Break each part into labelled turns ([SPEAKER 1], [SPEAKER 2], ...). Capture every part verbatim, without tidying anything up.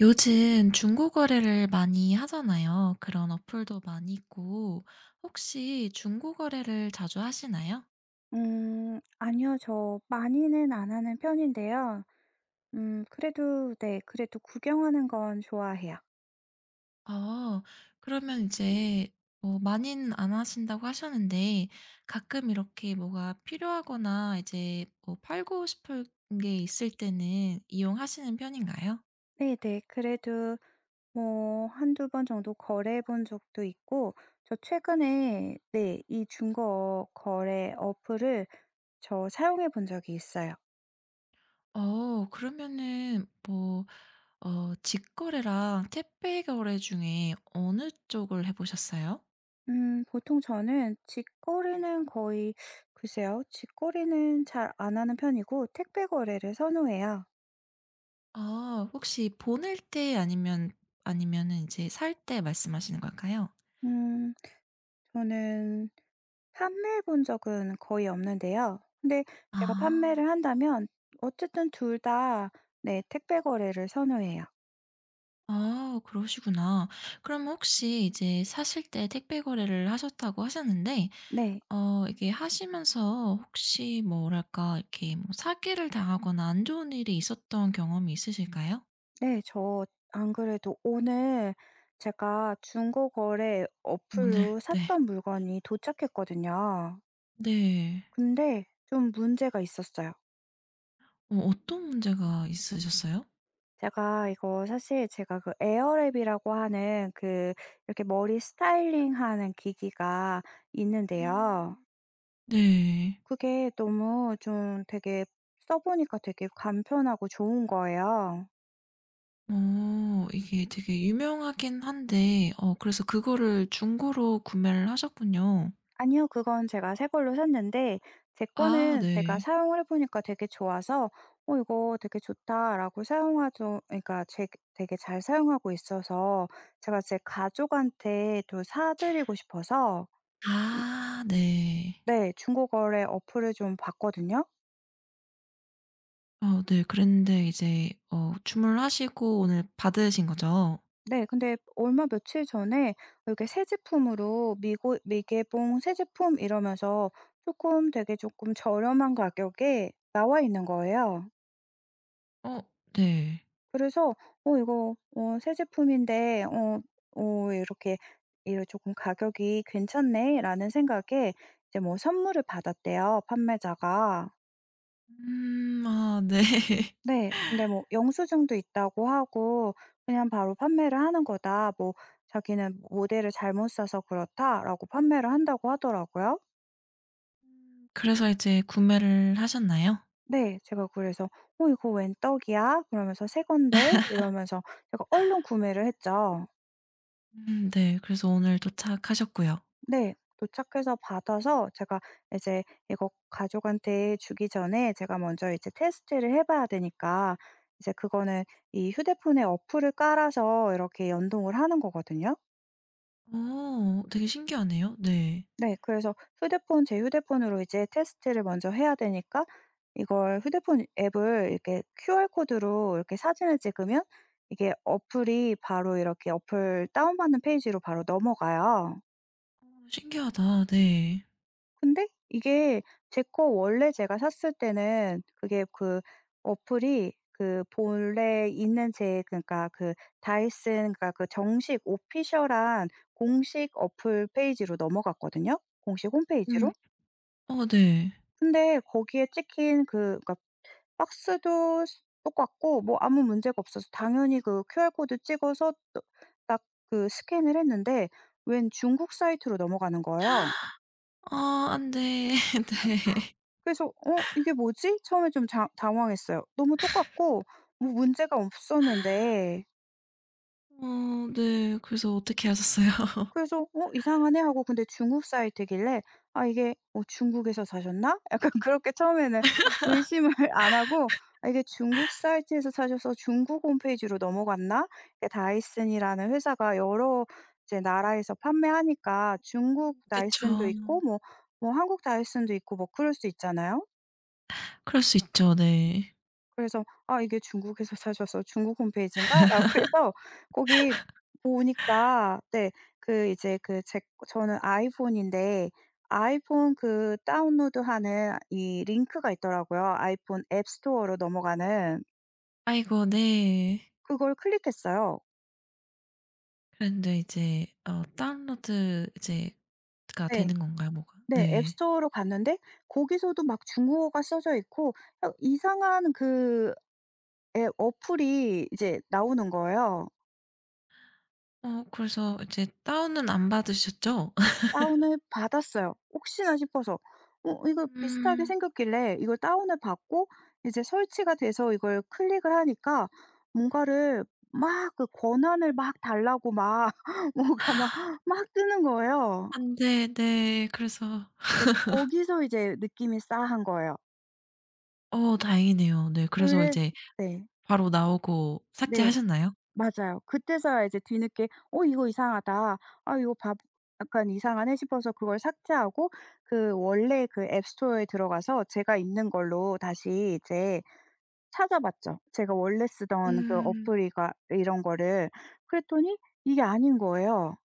[SPEAKER 1] 요즘 중고 거래를 많이 하잖아요. 그런 어플도 많이 있고 혹시 중고 거래를 자주 하시나요?
[SPEAKER 2] 음 아니요. 저 많이는 안 하는 편인데요. 음 그래도 네 그래도 구경하는 건 좋아해요.
[SPEAKER 1] 아, 그러면 이제 뭐 많이는 안 하신다고 하셨는데 가끔 이렇게 뭐가 필요하거나 이제 뭐 팔고 싶은 게 있을 때는 이용하시는 편인가요?
[SPEAKER 2] 네네. 그래도 뭐 한두 번 정도 거래해 본 적도 있고 저 최근에 네 이 중고 거래 어플을 저 사용해 본 적이 있어요.
[SPEAKER 1] 어, 그러면은 뭐 어, 직거래랑 택배 거래 중에 어느 쪽을 해 보셨어요?
[SPEAKER 2] 음 보통 저는 직거래는 거의 글쎄요. 직거래는 잘 안 하는 편이고 택배 거래를 선호해요.
[SPEAKER 1] 아, 혹시 보낼 때 아니면 아니면은 이제 살 때 말씀하시는 걸까요?
[SPEAKER 2] 음 저는 판매해 본 적은 거의 없는데요. 근데 제가
[SPEAKER 1] 아.
[SPEAKER 2] 판매를 한다면 어쨌든 둘 다 네 택배 거래를 선호해요.
[SPEAKER 1] 아, 그러시구나. 그럼 혹시 이제 사실 때 택배 거래를 하셨다고 하셨는데
[SPEAKER 2] 네.
[SPEAKER 1] 어, 이게 하시면서 혹시 뭐랄까 이렇게 뭐 사기를 당하거나 안 좋은 일이 있었던 경험이 있으실까요?
[SPEAKER 2] 네. 저 안 그래도 오늘 제가 중고 거래
[SPEAKER 1] 오늘.
[SPEAKER 2] 어플로
[SPEAKER 1] 네.
[SPEAKER 2] 샀던 물건이 도착했거든요.
[SPEAKER 1] 네.
[SPEAKER 2] 근데 좀 문제가 있었어요.
[SPEAKER 1] 어, 어떤 문제가 있으셨어요?
[SPEAKER 2] 제가 이거 사실 제가 그 에어랩이라고 하는 그 이렇게 머리 스타일링하는 기기가 있는데요.
[SPEAKER 1] 음. 네.
[SPEAKER 2] 그게 너무 좀 되게 써 보니까 되게 간편하고 좋은 거예요.
[SPEAKER 1] 어, 이게 되게 유명하긴 한데 어, 그래서 그거를 중고로 구매를 하셨군요.
[SPEAKER 2] 아니요. 그건 제가 새 걸로 샀는데 제
[SPEAKER 1] 아
[SPEAKER 2] 거는 제가
[SPEAKER 1] 네.
[SPEAKER 2] 사용을 해 보니까 되게 좋아서 '어 이거 되게 좋다.'라고 사용하죠 그러니까 제 되게 잘 사용하고 있어서 제가 제 가족한테 또 사 드리고 싶어서 음
[SPEAKER 1] 아 네.
[SPEAKER 2] 네 중고 거래 어플을 좀 봤거든요.
[SPEAKER 1] 어 네. 그랬는데 이제 어, 주문을 하시고 오늘 받으신 거죠?
[SPEAKER 2] 네. 근데 얼마 며칠 전에 이렇게 새 제품으로 미고 미개봉 새 제품 이러면서 조금 되게 조금 저렴한 가격에 나와 있는 거예요.
[SPEAKER 1] 어 네.
[SPEAKER 2] 그래서 '어 이거 어 새 제품인데 어 어 이렇게 이래 조금 가격이 괜찮네.'라는 생각에 이제 뭐 선물을 받았대요 판매자가.
[SPEAKER 1] 음 아 네.
[SPEAKER 2] 네. 근데 뭐 영수증도 있다고 하고 그냥 바로 "판매를 하는 거다." 뭐 자기는 "모델을 잘못 사서 그렇다."라고 판매를 한다고 하더라고요.
[SPEAKER 1] 그래서 이제 구매를 하셨나요?
[SPEAKER 2] 네. 제가 그래서 "어 이거 웬 떡이야?" 그러면서 "새 건데." 이러면서 제가 얼른 구매를 했죠.
[SPEAKER 1] 음 네. 그래서 오늘 도착하셨고요.
[SPEAKER 2] 네. 도착해서 받아서 제가 이제 이거 가족한테 주기 전에 제가 먼저 이제 테스트를 해 봐야 되니까 이제 그거는 이 휴대폰에 어플을 깔아서 이렇게 연동을 하는 거거든요.
[SPEAKER 1] 오, 되게 신기하네요. 네.
[SPEAKER 2] 네. 그래서 휴대폰 제 휴대폰으로 이제 테스트를 먼저 해야 되니까 이걸 휴대폰 앱을 이렇게 큐알 코드로 이렇게 사진을 찍으면 이게 어플이 바로 이렇게 어플 다운받는 페이지로 바로 넘어가요.
[SPEAKER 1] 어, 신기하다. 네.
[SPEAKER 2] 근데 이게 제 거 원래 제가 샀을 때는 그게 그 어플이 그 본래 있는 제 그러니까 그 다이슨 그러니까 그 정식 오피셜한 공식 어플 페이지로 넘어갔거든요, 공식
[SPEAKER 1] 음.
[SPEAKER 2] 홈페이지로.
[SPEAKER 1] 어 네.
[SPEAKER 2] 근데 거기에 찍힌 그 그러니까 박스도 스 똑같고 뭐 아무 문제가 없어서 당연히 그 큐알 코드 찍어서 딱 그 스캔을 했는데 웬 중국 사이트로 넘어가는 거예요.
[SPEAKER 1] 아, 안 돼. 네.
[SPEAKER 2] 그래서 '어 이게 뭐지?' 처음에 좀 장 당황했어요. 너무 똑같고 뭐 문제가 없었는데
[SPEAKER 1] 어 네. 그래서 어떻게 하셨어요?
[SPEAKER 2] 그래서 '어 이상하네.' 하고 근데 중국 사이트길래 '아 이게 어 중국에서 사셨나?' 약간 그렇게 처음에는 의심을 안 하고 '아 이게 중국 사이트에서 사셔서 중국 홈페이지로 넘어갔나?' 이게 다이슨이라는 회사가 여러 이제 나라에서 판매하니까 중국
[SPEAKER 1] 음.
[SPEAKER 2] 다이슨도
[SPEAKER 1] 그쵸.
[SPEAKER 2] 있고 뭐 뭐 한국 다이슨도 있고 뭐 그럴 수 있잖아요.
[SPEAKER 1] 그럴 수 있죠. 네.
[SPEAKER 2] 그래서 '아 이게 중국에서 사셔서 중국 홈페이지인가?'라고 해서 거기 보니까 네 그 이제 그 제 저는 아이폰인데 아이폰 그 다운로드하는 이 링크가 있더라고요. 아이폰 앱 스토어로 넘어가는.
[SPEAKER 1] 아이고 네.
[SPEAKER 2] 그걸 클릭했어요.
[SPEAKER 1] 그런데 이제 어, 다운로드 이제 가
[SPEAKER 2] 네.
[SPEAKER 1] 되는 건가요? 뭐가?
[SPEAKER 2] 네. 앱
[SPEAKER 1] 네.
[SPEAKER 2] 스토어로 갔는데 거기서도 막 중국어가 써져 있고 어 이상한 그 앱 어플이 이제 나오는 거예요.
[SPEAKER 1] 어, 그래서 이제 다운은 안 받으셨죠?
[SPEAKER 2] 다운을 받았어요. 혹시나 싶어서. 어 이거
[SPEAKER 1] 음.
[SPEAKER 2] 비슷하게
[SPEAKER 1] 음.
[SPEAKER 2] 생겼길래 이걸 다운을 받고 이제 설치가 돼서 이걸 클릭을 하니까 뭔가를 막 그 권한을 막 달라고 막 뭔가 막 막 뜨는 거예요.
[SPEAKER 1] 안 돼. 네. 그래서.
[SPEAKER 2] 네 거기서 이제 느낌이 싸한 거예요.
[SPEAKER 1] 어, 다행이네요. 네. 그래서
[SPEAKER 2] 그래
[SPEAKER 1] 이제
[SPEAKER 2] 네.
[SPEAKER 1] 바로 나오고
[SPEAKER 2] 네.
[SPEAKER 1] 삭제하셨나요?
[SPEAKER 2] 맞아요. 그때서야 이제 뒤늦게 '어 이거 이상하다. 아 이거 바 약간 이상하네.' 싶어서 그걸 삭제하고 그 원래 그 앱 스토어에 들어가서 제가 있는 걸로 다시 이제 찾아봤죠. 제가 원래 쓰던 그
[SPEAKER 1] 음.
[SPEAKER 2] 어플이가 이런 거를. 그랬더니 이게 아닌 거예요.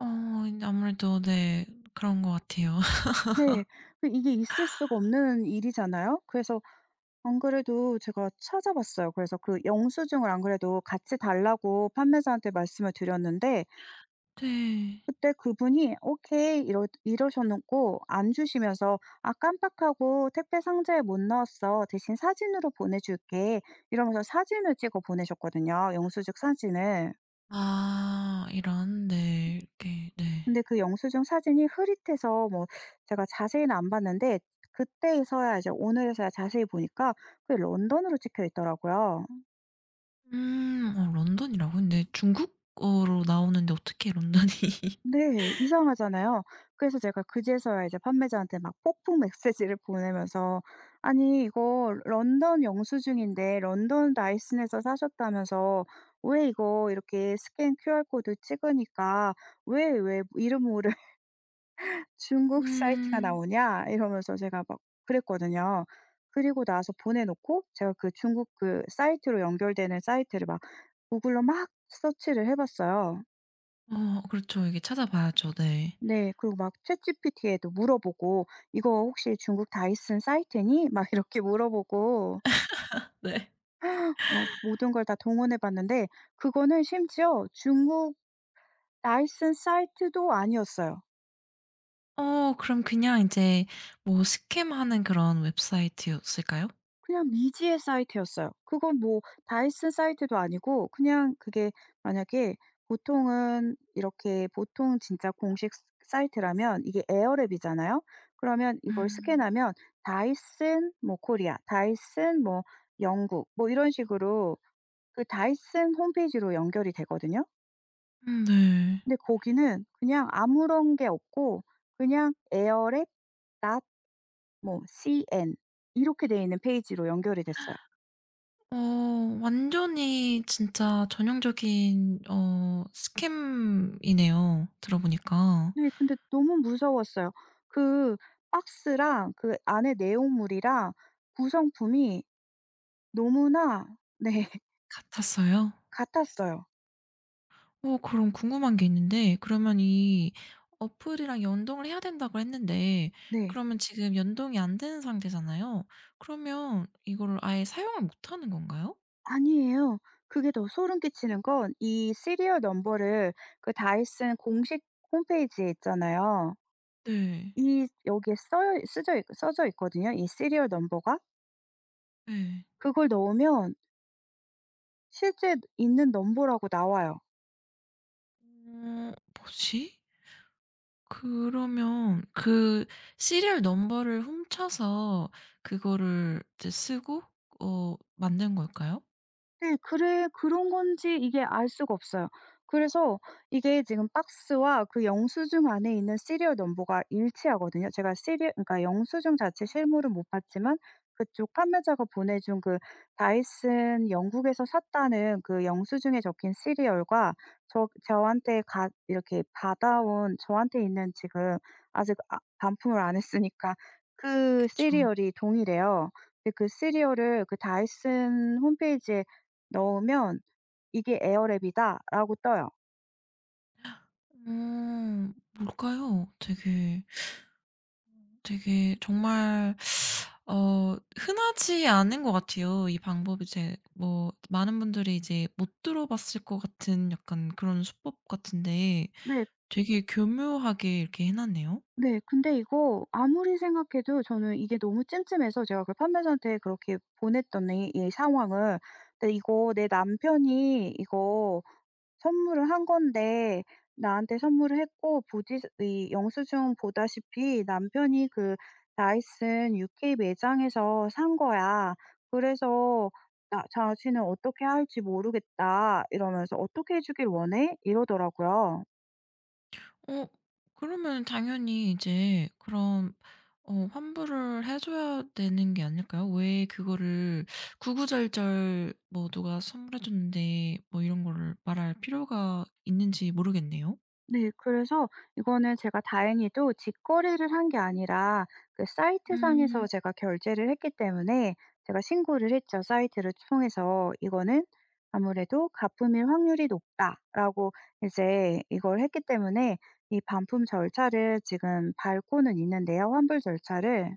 [SPEAKER 1] 어, 이제 아무래도 네. 그런 것 같아요.
[SPEAKER 2] 네. 그 이게 있을 수가 없는 일이잖아요. 그래서 안 그래도 제가 찾아봤어요. 그래서 그 영수증을 안 그래도 같이 달라고 판매사한테 말씀을 드렸는데
[SPEAKER 1] 네.
[SPEAKER 2] 그때 그분이 "오케이." 이러 이러셨고 안 주시면서 "아 깜빡하고 택배 상자에 못 넣었어. 대신 사진으로 보내줄게." 이러면서 사진을 찍어 보내셨거든요, 영수증 사진을.
[SPEAKER 1] 아 이런 네. 이렇게 네.
[SPEAKER 2] 근데 그 영수증 사진이 흐릿해서 뭐 제가 자세히는 안 봤는데 그때서야 이제 오늘에서야 자세히 보니까 그게 런던으로 찍혀 있더라고요.
[SPEAKER 1] 음, 어, 런던이라고 근데 중국어로 나오는데 어떻게 런던이
[SPEAKER 2] 네. 이상하잖아요. 그래서 제가 그제서야 이제 판매자한테 막 폭풍 메시지를 보내면서 "아니 이거 런던 영수증인데 런던 다이슨에서 사셨다면서 왜 이거 이렇게 스캔 큐알 코드 찍으니까 왜 왜 이름 모를 중국 사이트가
[SPEAKER 1] 음.
[SPEAKER 2] 나오냐?" 이러면서 제가 막 그랬거든요. 그리고 나서 보내 놓고 제가 그 중국 그 사이트로 연결되는 사이트를 막 구글로 막 서치를 해 봤어요.
[SPEAKER 1] 어, 그렇죠. 이게 찾아봐야죠. 네.
[SPEAKER 2] 네. 그리고 막 챗지피티에도 물어보고 "이거 혹시 중국 다이슨 사이트니?" 막 이렇게 물어보고
[SPEAKER 1] 네.
[SPEAKER 2] 막 모든 걸 다 동원해 봤는데 그거는 심지어 중국 다이슨 사이트도 아니었어요.
[SPEAKER 1] 어, 그럼 그냥 이제 뭐 스캠하는 그런 웹사이트였을까요?
[SPEAKER 2] 그냥 미지의 사이트였어요. 그건 뭐 다이슨 사이트도 아니고 그냥 그게 만약에 보통은 이렇게 보통 진짜 공식 사이트라면 이게 에어랩이잖아요. 그러면 이걸
[SPEAKER 1] 음.
[SPEAKER 2] 스캔하면 다이슨 뭐 코리아, 다이슨 뭐 영국 뭐 이런 식으로 그 다이슨 홈페이지로 연결이 되거든요.
[SPEAKER 1] 음 네.
[SPEAKER 2] 근데 거기는 그냥 아무런 게 없고 그냥 에어랩 닷 뭐 cn 이렇게 돼 있는 페이지로 연결이 됐어요.
[SPEAKER 1] 어, 완전히 진짜 전형적인 어, 스캠이네요 들어보니까.
[SPEAKER 2] 네. 근데 너무 무서웠어요. 그 박스랑 그 안에 내용물이랑 구성품이 너무나 네
[SPEAKER 1] 같았어요?
[SPEAKER 2] 같았어요.
[SPEAKER 1] 어, 그럼 궁금한 게 있는데 그러면 이 어플이랑 연동을 해야 된다고 했는데
[SPEAKER 2] 네.
[SPEAKER 1] 그러면 지금 연동이 안 되는 상태잖아요. 그러면 이거를 아예 사용을 못 하는 건가요?
[SPEAKER 2] 아니에요. 그게 더 소름 끼치는 건 이 시리얼 넘버를 그 다이슨 공식 홈페이지에 있잖아요.
[SPEAKER 1] 네.
[SPEAKER 2] 이 여기에 써 쓰져 있 써져 있거든요, 이 시리얼 넘버가.
[SPEAKER 1] 네.
[SPEAKER 2] 그걸 넣으면 실제 있는 넘버라고 나와요.
[SPEAKER 1] 어, 뭐지? 그러면 그 시리얼 넘버를 훔쳐서 그거를 이제 쓰고 어, 만든 걸까요?
[SPEAKER 2] 네. 그래 그런 건지 이게 알 수가 없어요. 그래서 이게 지금 박스와 그 영수증 안에 있는 시리얼 넘버가 일치하거든요. 제가 시리얼 그러니까 영수증 자체 실물은 못 봤지만 그쪽 판매자가 보내준 그 다이슨 영국에서 샀다는 그 영수증에 적힌 시리얼과 저 저한테 가 이렇게 받아온 저한테 있는 지금 아직 아 반품을 안 했으니까 그
[SPEAKER 1] 그쵸.
[SPEAKER 2] 시리얼이 동일해요. 근데 그 시리얼을 그 다이슨 홈페이지에 넣으면 "이게 에어랩이다."라고 떠요.
[SPEAKER 1] 어, 뭘까요? 되게 되게 정말 어, 흔하지 않은 것 같아요. 이 방법이 이제 뭐 많은 분들이 이제 못 들어봤을 것 같은 약간 그런 수법 같은데
[SPEAKER 2] 네.
[SPEAKER 1] 되게 교묘하게 이렇게 해 놨네요.
[SPEAKER 2] 네. 근데 이거 아무리 생각해도 저는 이게 너무 찜찜해서 제가 그 판매자한테 그렇게 보냈더니 이 상황을 근데 이거 내 남편이 이거 선물을 한 건데 나한테 선물을 했고 보지 이 영수증 보다시피 남편이 그 다이슨 유케이 매장에서 산 거야. 그래서 "나 자신은 어떻게 할지 모르겠다." 이러면서 "어떻게 해 주길 원해?" 이러더라고요.
[SPEAKER 1] 어, 그러면 당연히 이제 그럼 어, 환불을 해 줘야 되는 게 아닐까요? 왜 그거를 구구절절 뭐 "누가 선물해 줬는데." 뭐 이런 거를 말할 필요가 있는지 모르겠네요.
[SPEAKER 2] 네. 그래서 이거는 제가 다행히도 직거래를 한 게 아니라 그 사이트 상에서
[SPEAKER 1] 음.
[SPEAKER 2] 제가 결제를 했기 때문에 제가 신고를 했죠, 사이트를 통해서. "이거는 아무래도 가품일 확률이 높다."라고 이제 이걸 했기 때문에 이 반품 절차를 지금 밟고는 있는데요, 환불 절차를.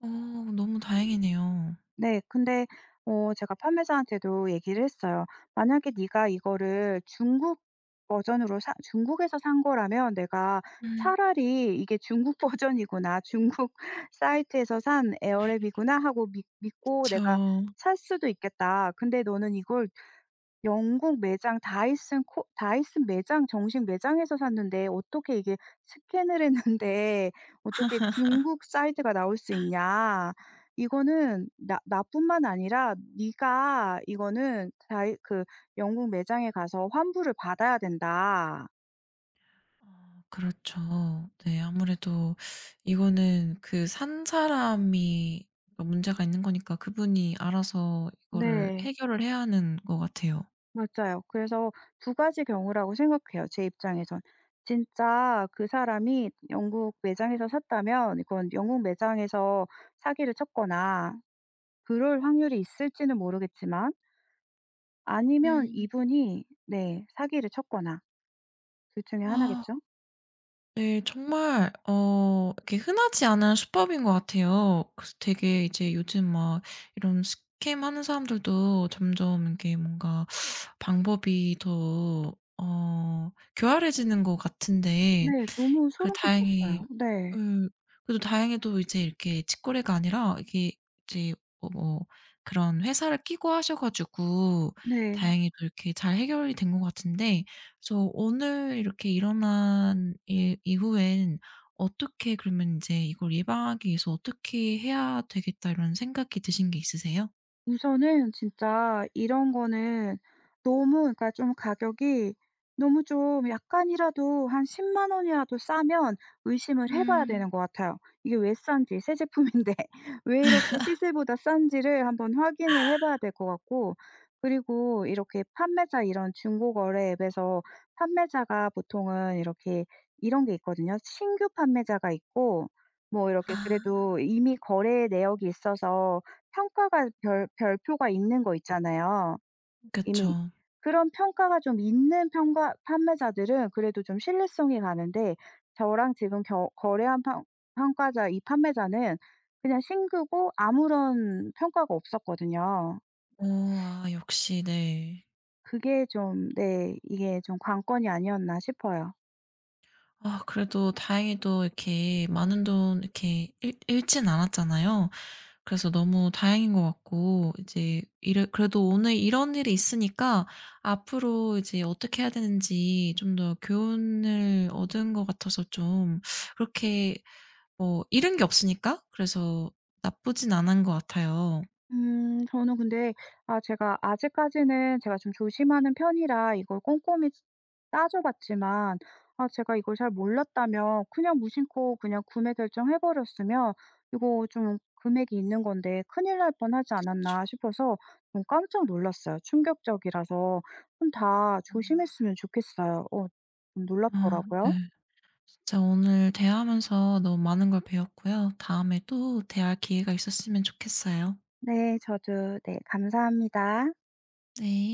[SPEAKER 1] 어, 너무 다행이네요.
[SPEAKER 2] 네. 근데 어 제가 판매자한테도 얘기를 했어요. "만약에 네가 이거를 중국 버전으로 사 중국에서 산 거라면 내가
[SPEAKER 1] 음.
[SPEAKER 2] 차라리 이게 중국 버전이구나. 중국 사이트에서 산 에어랩이구나." 하고 믿 믿고
[SPEAKER 1] 그쵸.
[SPEAKER 2] 내가 살 수도 있겠다. 근데 너는 이걸 영국 매장 다이슨 코 다이슨 매장 정식 매장에서 샀는데 어떻게 이게 스캔을 했는데 어떻게 중국 사이트가 나올 수 있냐. 이거는 나 나뿐만 아니라 네가 이거는 다이 그 영국 매장에 가서 환불을 받아야 된다.
[SPEAKER 1] 아, 그렇죠. 네, 아무래도 이거는 그 산 사람이 어, 문제가 있는 거니까 그분이 알아서 이거를
[SPEAKER 2] 네.
[SPEAKER 1] 해결을 해야 하는 것 같아요.
[SPEAKER 2] 맞아요. 그래서 두 가지 경우라고 생각해요, 제 입장에선. 진짜 그 사람이 영국 매장에서 샀다면 이건 영국 매장에서 사기를 쳤거나 그럴 확률이 있을지는 모르겠지만 아니면
[SPEAKER 1] 음.
[SPEAKER 2] 이분이 네 사기를 쳤거나 둘 중에
[SPEAKER 1] 아
[SPEAKER 2] 하나겠죠.
[SPEAKER 1] 네, 정말 어, 이렇게 흔하지 않은 수법인 것 같아요. 그래서 되게 이제 요즘 막 이런 스캠하는 사람들도 점점 이게 뭔가 방법이 더 어, 교활해지는 것 같은데.
[SPEAKER 2] 네. 너무
[SPEAKER 1] 그
[SPEAKER 2] 소름
[SPEAKER 1] 다행히.
[SPEAKER 2] 끼쳤어요. 네.
[SPEAKER 1] 예. 그래도 다행히도 이제 이렇게 직거래가 아니라 이게 이제 어, 뭐뭐 그런 회사를 끼고 하셔 가지고
[SPEAKER 2] 네.
[SPEAKER 1] 다행히도 이렇게 잘 해결이 된 것 같은데 그래서 오늘 이렇게 일어난 일 이후엔 어떻게 그러면 인제 이걸 예방하기 위해서 '어떻게 해야 되겠다.' 이런 생각이 드신 게 있으세요?
[SPEAKER 2] 우선은 진짜 이런 거는 너무 그러니까 좀 가격이 너무 좀 약간이라도 한1 0 원이라도 싸면 의심을 해 봐야
[SPEAKER 1] 음.
[SPEAKER 2] 되는 것 같아요. 이게 왜 싼지 새 제품인데 왜 이렇게 시세보다 싼지를 한번 확인을 해 봐야 될 것 같고 그리고 이렇게 판매자 이런 중고거래 앱에서 판매자가 보통은 이렇게 이런 게 있거든요. 신규 판매자가 있고 뭐 이렇게
[SPEAKER 1] 아.
[SPEAKER 2] 그래도 이미 거래 내역이 있어서 평가가 별 별표가 있는 거 있잖아요,
[SPEAKER 1] 그쵸.
[SPEAKER 2] 이미. 그런 평가가 좀 있는 평가 판매자들은 그래도 좀 신뢰성이 가는데 저랑 지금 겨 거래한 판 평가자 이 판매자는 그냥 싱그고 아무런 평가가 없었거든요.
[SPEAKER 1] 어, 아 역시 네.
[SPEAKER 2] 그게 좀 네 이게 좀 관건이 아니었나 싶어요.
[SPEAKER 1] 아, 그래도 다행히도 이렇게 많은 돈 이렇게 잃 잃진 않았잖아요. 그래서 너무 다행인 것 같고 이제 이래 그래도 오늘 이런 일이 있으니까 앞으로 이제 어떻게 해야 되는지 좀 더 교훈을 얻은 것 같아서 좀 그렇게 뭐 잃은 게 없으니까 그래서 나쁘진 않은 것 같아요.
[SPEAKER 2] 음 저는 근데 아 제가 아직까지는 제가 좀 조심하는 편이라 이걸 꼼꼼히 따져 봤지만 아 제가 이걸 잘 몰랐다면 그냥 무심코 그냥 구매 결정해 버렸으면 이거 좀 금액이 있는 건데 '큰일 날 뻔하지 않았나.' 싶어서 좀 깜짝 놀랐어요. 충격적이라서 좀 다
[SPEAKER 1] 음.
[SPEAKER 2] 조심했으면 좋겠어요. 어 좀
[SPEAKER 1] 아
[SPEAKER 2] 놀랍더라고요.
[SPEAKER 1] 네. 진짜 오늘 대화하면서 너무 많은 걸 배웠고요. 다음에 또 대화할 기회가 있었으면 좋겠어요.
[SPEAKER 2] 네 저도 네 감사합니다.
[SPEAKER 1] 네.